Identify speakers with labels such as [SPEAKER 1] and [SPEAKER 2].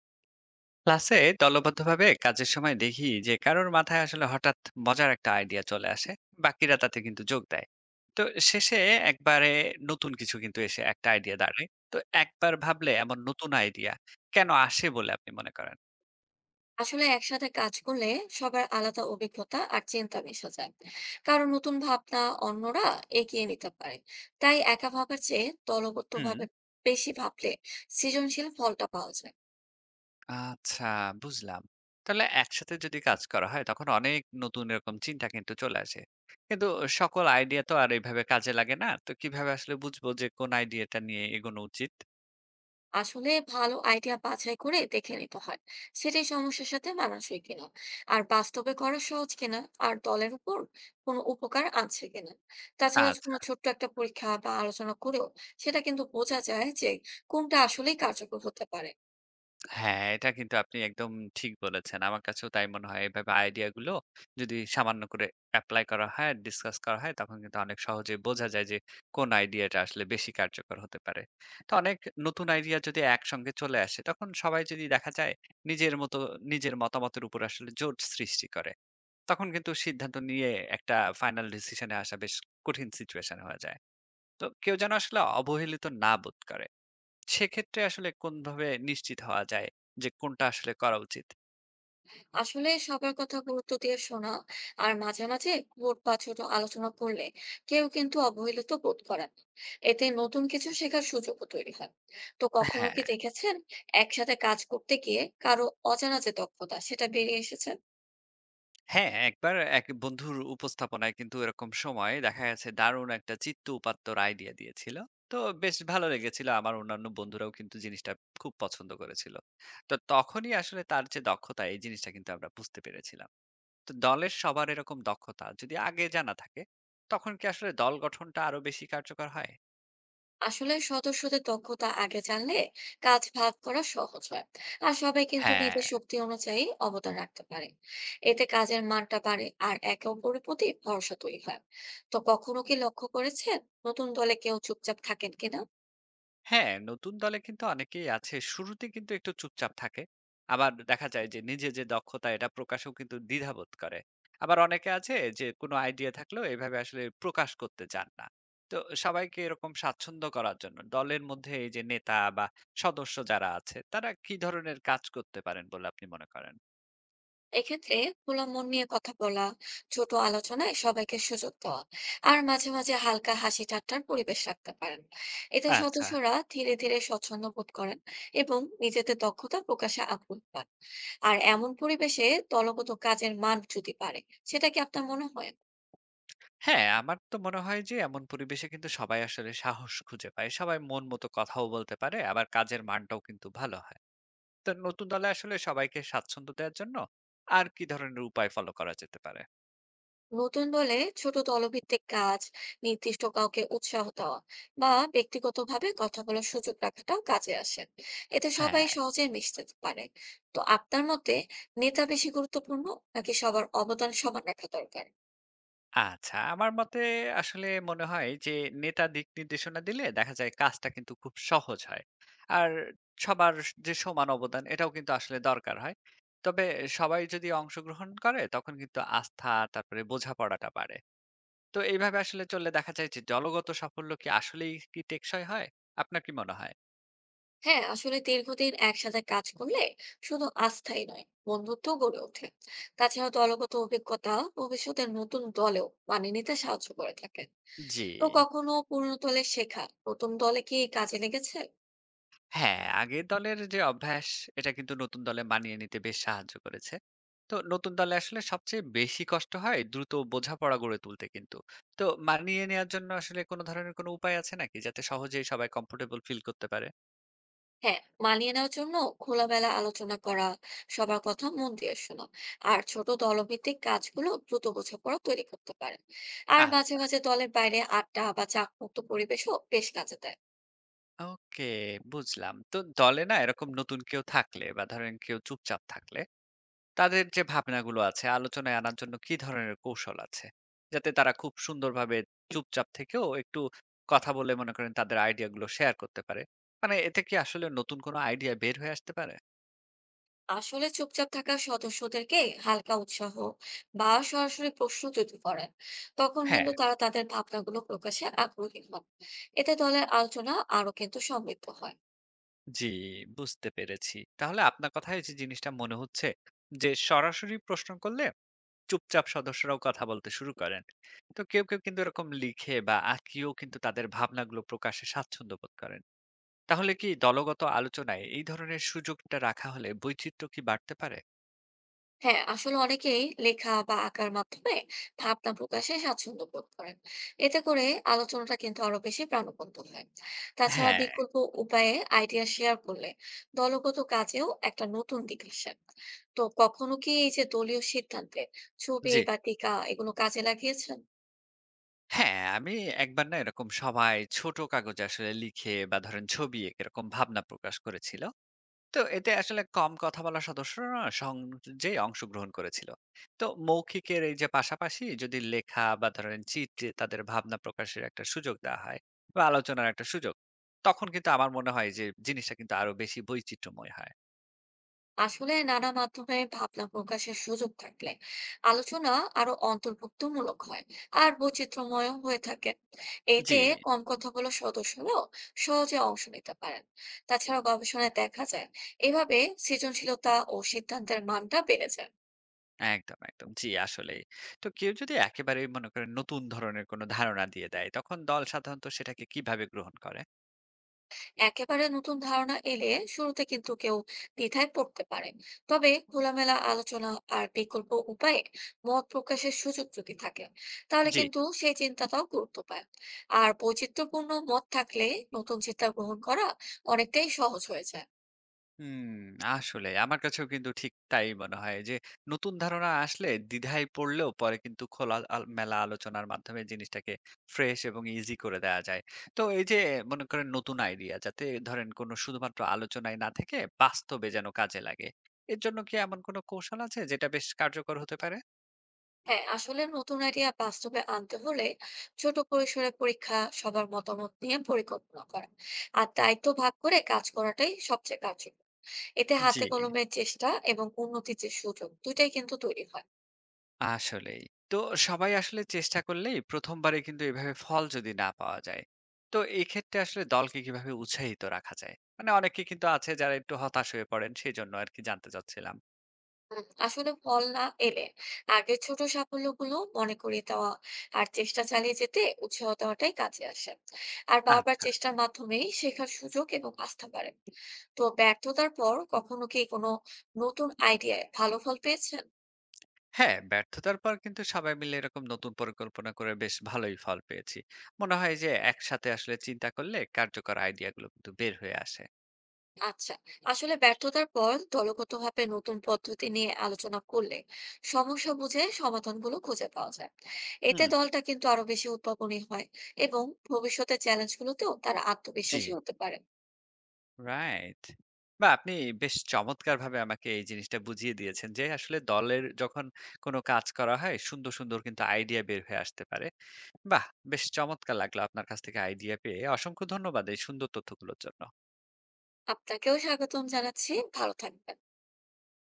[SPEAKER 1] ক্লাসে দলবদ্ধভাবে কাজের সময় দেখি যে কারোর মাথায় আসলে হঠাৎ মজার একটা আইডিয়া চলে আসে, বাকিরা তাতে কিন্তু যোগ দেয়। তো শেষে একবারে নতুন কিছু কিন্তু এসে একটা আইডিয়া দাঁড়ায়। তো একবার ভাবলে এমন নতুন আইডিয়া কেন আসে বলে আপনি মনে করেন?
[SPEAKER 2] আসলে একসাথে কাজ করলে সবার আলাদা অভিজ্ঞতা আর চিন্তা মিশে যায়। কারণ নতুন ভাবনা অন্যরা এগিয়ে নিতে পারে। তাই একা ভাবার চেয়ে দলগত
[SPEAKER 1] হুম।
[SPEAKER 2] ভাবে বেশি ভাবলে সৃজনশীল ফলটা পাওয়া যায়।
[SPEAKER 1] আচ্ছা, বুঝলাম। তাহলে একসাথে যদি কাজ করা হয় তখন অনেক নতুন এরকম চিন্তা কিন্তু চলে আসে। কিন্তু সকল আইডিয়া তো আর এইভাবে কাজে লাগে না, তো কিভাবে আসলে বুঝবো যে কোন আইডিয়াটা নিয়ে এগোনো উচিত?
[SPEAKER 2] আসলে ভালো আইডিয়া বাছাই করে দেখে নিতে হয় সেটাই সমস্যার সাথে মানানসই কিনা, আর বাস্তবে করা সহজ কিনা, আর দলের উপর কোনো উপকার আনছে কিনা। তাছাড়া
[SPEAKER 1] আচ্ছা।
[SPEAKER 2] কোনো ছোট্ট একটা পরীক্ষা বা আলোচনা করেও সেটা কিন্তু বোঝা যায় যে কোনটা আসলেই কার্যকর হতে পারে।
[SPEAKER 1] হ্যাঁ, এটা কিন্তু আপনি একদম ঠিক বলেছেন। আমার কাছেও তাই মনে হয়। এভাবে আইডিয়া গুলো যদি সামান্য করে এপ্লাই করা হয়, ডিসকাস করা হয়, তখন কিন্তু অনেক সহজে বোঝা যায় যে কোন আইডিয়াটা আসলে বেশি কার্যকর হতে পারে। তো অনেক নতুন আইডিয়া যদি একসঙ্গে চলে আসে, তখন সবাই যদি দেখা যায় নিজের মতো নিজের মতামতের উপর আসলে জোট সৃষ্টি করে, তখন কিন্তু সিদ্ধান্ত নিয়ে একটা ফাইনাল ডিসিশন এ আসা বেশ কঠিন সিচুয়েশন হয়ে যায়। তো কেউ যেন আসলে অবহেলিত না বোধ করে। সেক্ষেত্রে আসলে কোনভাবে নিশ্চিত হওয়া যায় যে কোনটা আসলে করা উচিত?
[SPEAKER 2] আসলে সবার কথা গুরুত্ব দিয়ে শোনা আর মাঝে মাঝে ভোট বা ছোট আলোচনা করলে কেউ কিন্তু অবহেলিত বোধ করেন না। এতে নতুন কিছু শেখার সুযোগও তৈরি হয়। তো কখনো কি
[SPEAKER 1] হ্যাঁ,
[SPEAKER 2] দেখেছেন একসাথে কাজ করতে গিয়ে কারো অজানা যে দক্ষতা সেটা বেরিয়ে এসেছে?
[SPEAKER 1] হ্যাঁ, একবার এক বন্ধুর উপস্থাপনায় কিন্তু এরকম সময় দেখা গেছে দারুণ একটা চিত্ত উপাত্তর আইডিয়া দিয়েছিল। তো বেশ ভালো লেগেছিল। আমার অন্যান্য বন্ধুরাও কিন্তু জিনিসটা খুব পছন্দ করেছিল। তো তখনই আসলে তার যে দক্ষতা এই জিনিসটা কিন্তু আমরা বুঝতে পেরেছিলাম। তো দলের সবার এরকম দক্ষতা যদি আগে জানা থাকে তখন কি আসলে দল গঠনটা আরো বেশি কার্যকর হয়?
[SPEAKER 2] আসলে সদস্যদের দক্ষতা আগে জানলে কাজ ভাগ করা সহজ হয়, আর সবাই কিন্তু
[SPEAKER 1] হ্যাঁ।
[SPEAKER 2] নিজের শক্তি অনুযায়ী অবদান রাখতে পারে। এতে কাজের মানটা বাড়ে আর একে অপরের প্রতি ভরসা তৈরি হয়। তো কখনো কি লক্ষ্য করেছেন নতুন দলে কেউ চুপচাপ থাকেন কিনা?
[SPEAKER 1] হ্যাঁ, নতুন দলে কিন্তু অনেকেই আছে শুরুতে কিন্তু একটু চুপচাপ থাকে। আবার দেখা যায় যে নিজে যে দক্ষতা এটা প্রকাশেও কিন্তু দ্বিধাবোধ করে। আবার অনেকে আছে যে কোনো আইডিয়া থাকলেও এভাবে আসলে প্রকাশ করতে চান না। তো সবাইকে এরকম স্বাচ্ছন্দ্য করার জন্য দলের মধ্যে এই যে নেতা বা সদস্য যারা আছে তারা কি ধরনের কাজ করতে পারেন বলে আপনি মনে করেন?
[SPEAKER 2] এক্ষেত্রে খোলা মন নিয়ে কথা বলা, ছোট আলোচনায় সবাইকে সুযোগ দেওয়া, আর মাঝে মাঝে হালকা হাসি ঠাট্টার পরিবেশ রাখতে পারেন। এতে
[SPEAKER 1] আচ্ছা।
[SPEAKER 2] সদস্যরা ধীরে ধীরে স্বচ্ছন্দ বোধ করেন এবং নিজেদের দক্ষতা প্রকাশে আগ্রহ পান। আর এমন পরিবেশে দলগত কাজের মান যদি পারে, সেটা কি আপনার মনে হয়?
[SPEAKER 1] হ্যাঁ, আমার তো মনে হয় যে এমন পরিবেশে কিন্তু সবাই আসলে সাহস খুঁজে পায়। সবাই মন মতো কথাও বলতে পারে আবার কাজের মানটাও কিন্তু ভালো হয়। তো নতুন দলে আসলে সবাইকে স্বাচ্ছন্দ্য দেওয়ার জন্য আর কি ধরনের উপায় ফলো করা যেতে পারে?
[SPEAKER 2] নতুন দলে ছোট দলভিত্তিক কাজ, নির্দিষ্ট কাউকে উৎসাহ দেওয়া বা ব্যক্তিগতভাবে কথা বলার সুযোগ রাখাটাও কাজে আসে। এতে সবাই
[SPEAKER 1] হ্যাঁ।
[SPEAKER 2] সহজে মিশতে পারে। তো আপনার মতে নেতা বেশি গুরুত্বপূর্ণ নাকি সবার অবদান সমান রাখা দরকার?
[SPEAKER 1] আচ্ছা, আমার মতে আসলে মনে হয় যে নেতা দিক নির্দেশনা দিলে দেখা যায় কাজটা কিন্তু খুব সহজ হয়। আর সবার যে সমান অবদান এটাও কিন্তু আসলে দরকার হয়। তবে সবাই যদি অংশগ্রহণ করে তখন কিন্তু আস্থা, তারপরে বোঝাপড়াটা বাড়ে। তো এইভাবে আসলে চললে দেখা যায় যে দলগত সাফল্য কি আসলেই কি টেকসই হয়? আপনার কি মনে হয়?
[SPEAKER 2] হ্যাঁ, আসলে দীর্ঘদিন একসাথে কাজ করলে শুধু আস্থাই নয়, বন্ধুত্ব গড়ে ওঠে। তাছাড়া দলগত অভিজ্ঞতা ভবিষ্যতের নতুন দলেও মানিয়ে নিতে সাহায্য করে থাকে।
[SPEAKER 1] জি।
[SPEAKER 2] তো কখনো পুরনো দলে শেখা নতুন দলে কি কাজে লেগেছে?
[SPEAKER 1] হ্যাঁ, আগের দলের যে অভ্যাস এটা কিন্তু নতুন দলে মানিয়ে নিতে বেশ সাহায্য করেছে। তো নতুন দলে আসলে সবচেয়ে বেশি কষ্ট হয় দ্রুত বোঝাপড়া গড়ে তুলতে কিন্তু। তো মানিয়ে নেওয়ার জন্য আসলে কোনো ধরনের কোনো উপায় আছে নাকি? যাতে সহজেই সবাই কমফোর্টেবল ফিল করতে পারে?
[SPEAKER 2] হ্যাঁ, মানিয়ে নেওয়ার জন্য খোলামেলা আলোচনা করা, সবার কথা মন দিয়ে শোনা আর ছোট দলভিত্তিক কাজগুলো দ্রুত বোঝাপড়া তৈরি করতে পারেন। আর মাঝে
[SPEAKER 1] আচ্ছা,
[SPEAKER 2] মাঝে দলের বাইরে আড্ডা বা চাপ মুক্ত পরিবেশও বেশ কাজে দেয়।
[SPEAKER 1] ওকে, বুঝলাম। তো দলে না এরকম নতুন কেউ থাকলে বা ধরেন কেউ চুপচাপ থাকলে তাদের যে ভাবনাগুলো আছে, আলোচনায় আনার জন্য কি ধরনের কৌশল আছে? যাতে তারা খুব সুন্দরভাবে চুপচাপ থেকেও একটু কথা বলে মনে করেন তাদের আইডিয়া গুলো শেয়ার করতে পারে। মানে এতে কি আসলে নতুন কোনো আইডিয়া বের হয়ে আসতে পারে?
[SPEAKER 2] আসলে চুপচাপ থাকা সদস্যদেরকে হালকা উৎসাহ বা সরাসরি প্রশ্ন যদি করেন, তখন
[SPEAKER 1] হ্যাঁ।
[SPEAKER 2] কিন্তু তারা তাদের ভাবনাগুলো প্রকাশে আগ্রহী হন। এতে দলের আলোচনা আরো কিন্তু সমৃদ্ধ হয়।
[SPEAKER 1] জি, বুঝতে পেরেছি। তাহলে আপনার কথায় যে জিনিসটা মনে হচ্ছে যে সরাসরি প্রশ্ন করলে চুপচাপ সদস্যরাও কথা বলতে শুরু করেন। তো কেউ, কেউ কিন্তু এরকম লিখে বা আঁকিয়েও কিন্তু তাদের ভাবনাগুলো প্রকাশে স্বাচ্ছন্দ্য বোধ করেন। তাহলে কি দলগত আলোচনায় এই ধরনের সুযোগটা রাখা হলে বৈচিত্র্য কি বাড়তে পারে?
[SPEAKER 2] হ্যাঁ, আসলে অনেকেই লেখা বা আঁকার মাধ্যমে ভাবনা প্রকাশে স্বাচ্ছন্দ্য বোধ করেন। এতে করে আলোচনাটা কিন্তু আরো বেশি প্রাণবন্ত হয়। তাছাড়া
[SPEAKER 1] হ্যাঁ।
[SPEAKER 2] বিকল্প উপায়ে আইডিয়া শেয়ার করলে দলগত কাজেও একটা নতুন দিক আসে। তো কখনো কি এই যে দলীয় সিদ্ধান্তে ছবি
[SPEAKER 1] জি।
[SPEAKER 2] বা টিকা এগুলো কাজে লাগিয়েছেন?
[SPEAKER 1] হ্যাঁ, আমি একবার না এরকম সবাই ছোট কাগজে আসলে লিখে বা ধরেন ছবি এঁকে এরকম ভাবনা প্রকাশ করেছিল। তো এতে আসলে কম কথা বলা সদস্যরা না সহজেই অংশগ্রহণ করেছিল। তো মৌখিকের এই যে পাশাপাশি যদি লেখা বা ধরেন চিত্রে তাদের ভাবনা প্রকাশের একটা সুযোগ দেওয়া হয় বা আলোচনার একটা সুযোগ, তখন কিন্তু আমার মনে হয় যে জিনিসটা কিন্তু আরো বেশি বৈচিত্র্যময় হয়।
[SPEAKER 2] আসলে নানা মাধ্যমে ভাবনা প্রকাশের সুযোগ থাকলে আলোচনা আরো অন্তর্ভুক্তমূলক হয় আর বৈচিত্র্যময় হয়ে থাকে।
[SPEAKER 1] জি।
[SPEAKER 2] এতে কম কথা বলা সদস্যরাও সহজে অংশ নিতে পারেন। তাছাড়া গবেষণায় দেখা যায় এভাবে সৃজনশীলতা ও সিদ্ধান্তের মানটা বেড়ে যায়।
[SPEAKER 1] একদম, একদম। জি, আসলেই। তো কেউ যদি একেবারেই মনে করেন নতুন ধরনের কোনো ধারণা দিয়ে দেয়, তখন দল সাধারণত সেটাকে কিভাবে গ্রহণ করে?
[SPEAKER 2] একেবারে নতুন ধারণা এলে শুরুতে কিন্তু কেউ দ্বিধায় পড়তে পারে। তবে খোলামেলা আলোচনা আর বিকল্প উপায়ে মত প্রকাশের সুযোগ যদি থাকে, তাহলে
[SPEAKER 1] জি।
[SPEAKER 2] কিন্তু সেই চিন্তাটাও গুরুত্ব পায়। আর বৈচিত্র্যপূর্ণ মত থাকলে নতুন চিন্তা গ্রহণ করা অনেকটাই সহজ হয়ে যায়।
[SPEAKER 1] হুম, আসলে আমার কাছেও কিন্তু ঠিক তাই মনে হয় যে, নতুন ধারণা আসলে দ্বিধায় পড়লেও পরে কিন্তু খোলা আল মেলা আলোচনার মাধ্যমে জিনিসটাকে ফ্রেশ এবং ইজি করে দেয়া যায়। তো এই যে মনে করেন নতুন আইডিয়া যাতে ধরেন কোনো শুধুমাত্র আলোচনায় না থেকে বাস্তবে যেন কাজে লাগে। এর জন্য কি এমন কোনো কৌশল আছে যেটা বেশ কার্যকর হতে পারে?
[SPEAKER 2] হ্যাঁ, আসলে নতুন আইডিয়া বাস্তবে আনতে হলে ছোট পরিসরে পরীক্ষা, সবার মতামত নিয়ে পরিকল্পনা করা আর দায়িত্ব ভাগ করে কাজ করাটাই সবচেয়ে কার্যকর। এতে
[SPEAKER 1] জি।
[SPEAKER 2] হাতে কলমের চেষ্টা এবং উন্নতির যে সুযোগ দুইটাই কিন্তু তৈরি হয়।
[SPEAKER 1] আসলেই। তো সবাই আসলে চেষ্টা করলেই ১ম বারে কিন্তু এভাবে ফল যদি না পাওয়া যায়, তো এক্ষেত্রে আসলে দলকে কিভাবে উৎসাহিত রাখা যায়? মানে অনেকে কিন্তু আছে যারা একটু হতাশ হয়ে পড়েন সেজন্য আরকি জানতে চাচ্ছিলাম।
[SPEAKER 2] হুম, আসলে ফল না এলে আগের ছোট সাফল্যগুলো মনে করিয়ে দেওয়া আর চেষ্টা চালিয়ে যেতে উৎসাহ দেওয়াটাই কাজে আসে। আর বারবার
[SPEAKER 1] আচ্ছা।
[SPEAKER 2] চেষ্টার মাধ্যমেই শেখার সুযোগ এবং আস্থা বাড়ে। তো ব্যর্থতার পর কখনো কি কোনো নতুন আইডিয়ায় ভালো ফল পেয়েছেন?
[SPEAKER 1] হ্যাঁ, ব্যর্থতার পর কিন্তু সবাই মিলে এরকম নতুন পরিকল্পনা করে বেশ ভালোই ফল পেয়েছি। মনে হয় যে একসাথে আসলে চিন্তা করলে কার্যকর আইডিয়া গুলো কিন্তু বের হয়ে আসে।
[SPEAKER 2] আচ্ছা, আসলে ব্যর্থতার পর দলগতভাবে নতুন পদ্ধতি নিয়ে আলোচনা করলে সমস্যা বুঝে সমাধানগুলো খুঁজে পাওয়া যায়। এতে
[SPEAKER 1] হুম।
[SPEAKER 2] দলটা কিন্তু আরো বেশি উদ্ভাবনী হয় এবং ভবিষ্যতের চ্যালেঞ্জগুলোতেও তারা
[SPEAKER 1] জি।
[SPEAKER 2] আত্মবিশ্বাসী হতে পারে।
[SPEAKER 1] রাইট। বা আপনি বেশ চমৎকারভাবে আমাকে এই জিনিসটা বুঝিয়ে দিয়েছেন যে, আসলে দলের যখন কোন কাজ করা হয়, সুন্দর, সুন্দর কিন্তু আইডিয়া বের হয়ে আসতে পারে। বাহ! বেশ চমৎকার লাগলো আপনার কাছ থেকে আইডিয়া পেয়ে। অসংখ্য ধন্যবাদ এই সুন্দর তথ্যগুলোর জন্য।
[SPEAKER 2] আপনাকেও স্বাগতম জানাচ্ছি, ভালো থাকবেন।